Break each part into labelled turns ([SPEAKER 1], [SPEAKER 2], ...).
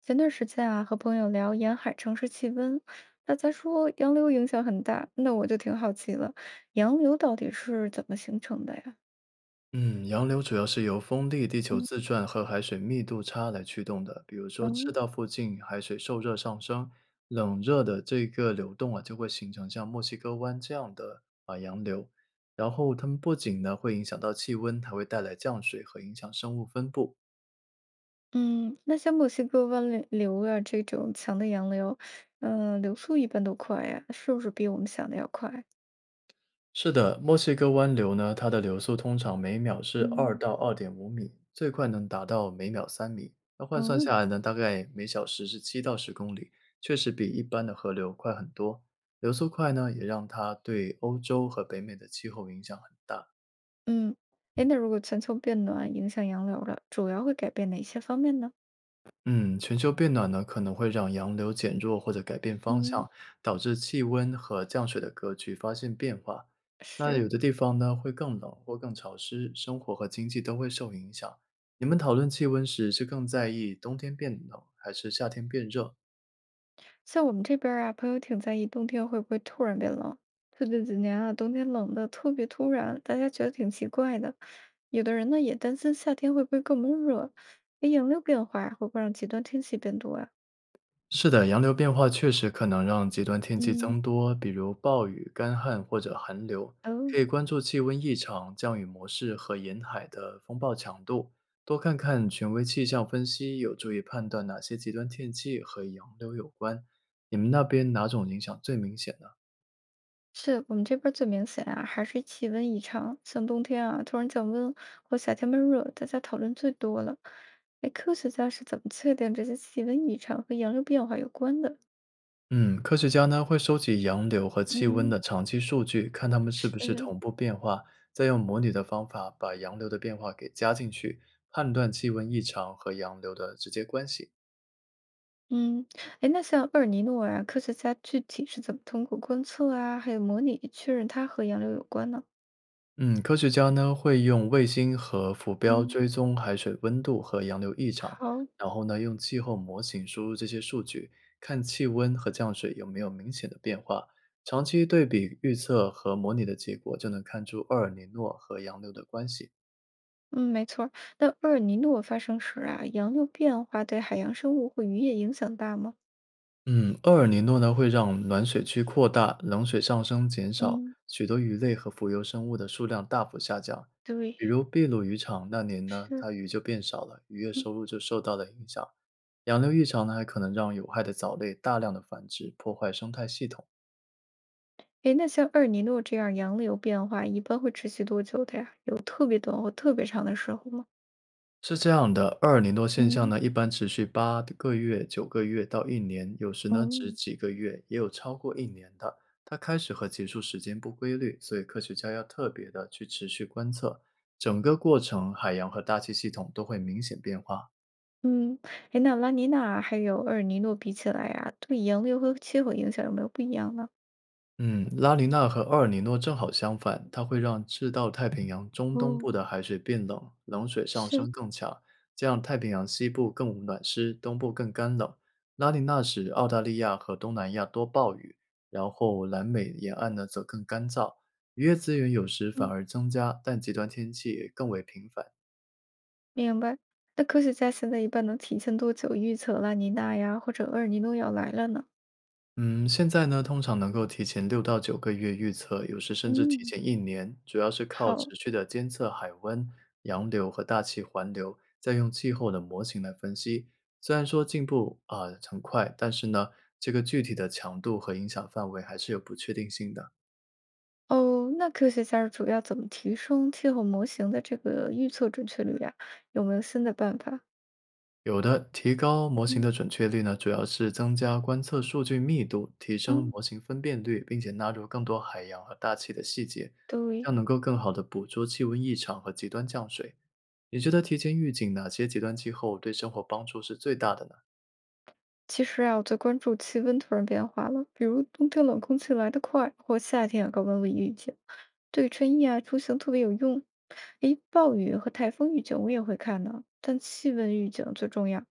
[SPEAKER 1] 前段时间啊，和朋友聊沿海城市气温，大家说洋流影响很大，那我就挺好奇了，洋流到底是怎么形成的呀？
[SPEAKER 2] 嗯，洋流主要是由风力、地球
[SPEAKER 1] 嗯，
[SPEAKER 2] 自转和海水密度差来驱动的。比如说，赤
[SPEAKER 1] 嗯
[SPEAKER 2] 道附近海水受热上升，冷热的这个流动啊，就会形成像墨西哥湾这样的啊洋流。然后，它们不仅呢会影响到气温，还会带来降水和影响生物分布。
[SPEAKER 1] 嗯，那像墨西哥湾流啊这种强的洋流，嗯、流速一般都快呀，是不是比我们想的要快？
[SPEAKER 2] 是的，墨西哥湾流呢，它的流速通常每秒是二
[SPEAKER 1] 嗯。
[SPEAKER 2] 到二点五米，最快能达到每秒3米。那换算
[SPEAKER 1] 哦。
[SPEAKER 2] 下来呢，大概每小时是7到10公里，确实比一般的河流快很多。流速快呢，也让它对欧洲和北美的气候影响很大。
[SPEAKER 1] 嗯。哎，那如果全球变暖影响洋流了，主要会改变哪些方面呢？
[SPEAKER 2] 嗯，全球变暖呢，可能会让洋流减弱或者改变方
[SPEAKER 1] 嗯，
[SPEAKER 2] 向，导致气温和降水的格局发生变化。那
[SPEAKER 1] 是。
[SPEAKER 2] 有的地方呢，会更冷或更潮湿，生活和经济都会受影响。你们讨论气温时，是更在意冬天变冷还是夏天变热？
[SPEAKER 1] 像我们这边儿啊，朋友挺在意冬天会不会突然变冷。最近几年啊，冬天冷的特别突然，大家觉得挺奇怪的。有的人呢也担心夏天会不会更闷热，哎，洋流变化会不会让极端天气变多啊？
[SPEAKER 2] 是的，洋流变化确实可能让极端天气
[SPEAKER 1] 嗯。
[SPEAKER 2] 增多，比如暴雨、干旱或者寒流。可
[SPEAKER 1] 哦。
[SPEAKER 2] 以关注气温异常、降雨模式和沿海的风暴强度，多看看权威气象分析，有助于判断哪些极端天气和洋流有关。你们那边哪种影响最明显呢？
[SPEAKER 1] 是我们这边儿最明显啊，还是气温异常，像冬天啊突然降温或夏天闷热，大家讨论最多了。哎，科学家是怎么确定这些气温异常和洋流变化有关的？
[SPEAKER 2] 嗯，科学家呢会收集洋流和气温
[SPEAKER 1] 嗯，
[SPEAKER 2] 的长期数据，看它们是不是
[SPEAKER 1] 嗯。
[SPEAKER 2] 同步变化，再用模拟的方法把洋流的变化给加进去，判断气温异常和洋流的直接关系。
[SPEAKER 1] 嗯，哎，那像厄尔尼诺啊，科学家具体是怎么通过观测啊，还有模拟确认它和洋流有关呢？
[SPEAKER 2] 嗯，科学家呢会用卫星和浮标
[SPEAKER 1] 嗯，
[SPEAKER 2] 追踪海水温度和洋流异常，
[SPEAKER 1] 好，
[SPEAKER 2] 然后呢用气候模型输入这些数据，看气温和降水有没有明显的变化。长期对比预测和模拟的结果，就能看出厄尔尼诺和洋流的关系。
[SPEAKER 1] 嗯，没错儿。那厄尔尼诺发生时啊，洋流变化对海洋生物或渔业影响大吗？
[SPEAKER 2] 嗯，厄尔尼诺呢会让暖水区扩大，冷水上升减少，
[SPEAKER 1] 嗯，
[SPEAKER 2] 许多鱼类和浮游生物的数量大幅下降。比
[SPEAKER 1] 对，
[SPEAKER 2] 如秘鲁渔场那年呢，
[SPEAKER 1] 是。
[SPEAKER 2] 它鱼就变少了，渔业
[SPEAKER 1] 嗯。
[SPEAKER 2] 收入就受到了影响。洋流异常呢，还可能让有害的藻类大量的繁殖，破坏生态系统。
[SPEAKER 1] 哎，那像厄尔尼诺这样洋流变化，一般会持续多久的呀？有特别短或特别长的时候吗？
[SPEAKER 2] 是这样的，厄尔尼诺现象
[SPEAKER 1] 嗯。
[SPEAKER 2] 呢，一般持续8个月、九个月到一年，有时呢只
[SPEAKER 1] 哦。
[SPEAKER 2] 几个月，也有超过一年的。它开始和结束时间不规律，所以科学家要特别的去持续观测整个过程，海洋和大气系统都会明显变化。
[SPEAKER 1] 嗯。哎，那拉尼娜还有厄尔尼诺比起来呀，对洋流和气候影响有没有不一样呢？
[SPEAKER 2] 嗯，拉尼娜和厄尔尼诺正好相反，它会让赤道太平洋中东
[SPEAKER 1] 哦，
[SPEAKER 2] 部的海水变冷，冷水上
[SPEAKER 1] 是，
[SPEAKER 2] 升更强，这样太平洋西部更暖湿，东部更干冷。拉尼娜使澳大利亚和东南亚多暴雨，然后南美沿岸呢则更干燥。渔业资源有时反
[SPEAKER 1] 嗯，
[SPEAKER 2] 而增加，但极端天气也更为频繁。
[SPEAKER 1] 明白。那科学家现在一般能提前多久预测拉尼娜呀，或者厄尔尼诺要来了呢？
[SPEAKER 2] 嗯，现在呢，通常能够提前6到9个月预测，有时甚至提
[SPEAKER 1] 嗯，
[SPEAKER 2] 前一年，主要是靠持
[SPEAKER 1] 好，
[SPEAKER 2] 续的监测海温、洋流和大气环流，再用气候的模型来分析。虽然说进步啊，很快，但是呢，这个具体的强度和影响范围还是有不确定性的。
[SPEAKER 1] 哦，那科学家主要怎么提升气候模型的这个预测准确率呀？有没有新的办法？
[SPEAKER 2] 有的，提高模型的
[SPEAKER 1] 嗯，
[SPEAKER 2] 准确率呢，主要是增加观测数据密度，提升
[SPEAKER 1] 哦，
[SPEAKER 2] 模型分辨率，并且纳入更多海洋和大气的细节，这样
[SPEAKER 1] 对，
[SPEAKER 2] 能够更好的捕捉气温异常和极端降水。你觉得提前预警哪些极端气候对生活帮助是最大的呢？
[SPEAKER 1] 其实啊，我最关注气温突然变化了，比如冬天冷空气来得快，或夏天啊高温无以预见。对穿衣啊、出行特别有用。诶，暴雨和台风预警我也会看的，但气温预警最重要。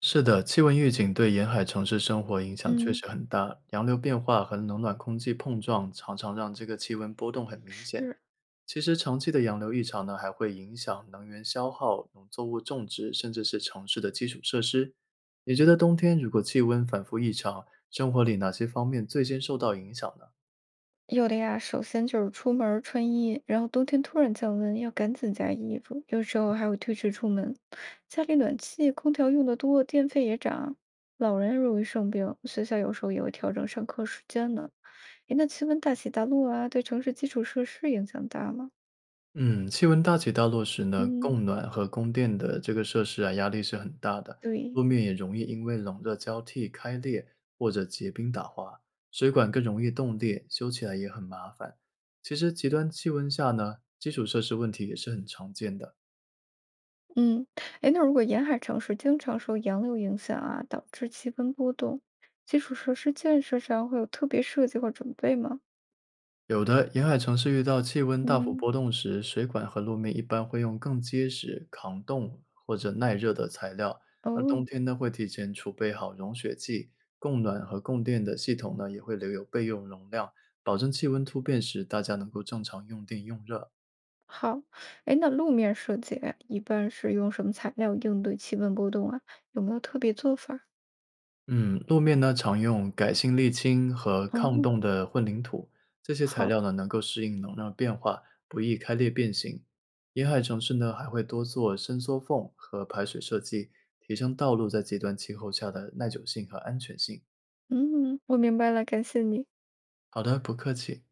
[SPEAKER 2] 是的，气温预警对沿海城市生活影响确
[SPEAKER 1] 嗯，
[SPEAKER 2] 实很大，洋流变化和冷暖空气碰撞常常让这个气温波动很明显。
[SPEAKER 1] 是。
[SPEAKER 2] 其实长期的洋流异常呢，还会影响能源消耗、农作物种植，甚至是城市的基础设施。你觉得冬天如果气温反复异常，生活里哪些方面最先受到影响呢？
[SPEAKER 1] 有的呀，首先就是出门儿穿衣，然后冬天突然降温，要赶紧加衣服，有时候还会推迟出门。家里暖气、空调用的多，电费也涨，老人容易生病，学校有时候也会调整上课时间呢。诶，那气温大起大落啊，对城市基础设施影响大吗？
[SPEAKER 2] 嗯，气温大起大落时呢，
[SPEAKER 1] 嗯，
[SPEAKER 2] 供暖和供电的这个设施啊，压力是很大的，路
[SPEAKER 1] 对，
[SPEAKER 2] 面也容易因为冷热交替开裂或者结冰打滑，水管更容易冻裂，修起来也很麻烦。其实极端气温下呢，基础设施问题也是很常见的。
[SPEAKER 1] 嗯，哎，那如果沿海城市经常受洋流影响啊，导致气温波动，基础设施建设上会有特别设计或准备吗？
[SPEAKER 2] 有的沿海城市遇到气温大幅
[SPEAKER 1] 嗯，
[SPEAKER 2] 波动时，水管和路面一般会用更结实、抗冻或者耐热的材料。而冬
[SPEAKER 1] 哦，
[SPEAKER 2] 天呢，会提前储备好融雪剂，供暖和供电的系统呢也会留有备用容量，保证气温突变时大家能够正常用电用热。
[SPEAKER 1] 好，哎，那路面设计一般是用什么材料应对气温波动啊？有没有特别做法儿？
[SPEAKER 2] 嗯，路面呢常用改性沥青和抗
[SPEAKER 1] 哦，
[SPEAKER 2] 冻的混凝土，这些材
[SPEAKER 1] 好，
[SPEAKER 2] 料呢能够适应能量变化，不易开裂变形。沿海城市呢还会多做伸缩缝和排水设计，提升道路在极端气候下的耐久性和安全性。
[SPEAKER 1] 嗯，我明白了，感谢你。
[SPEAKER 2] 好的，不客气。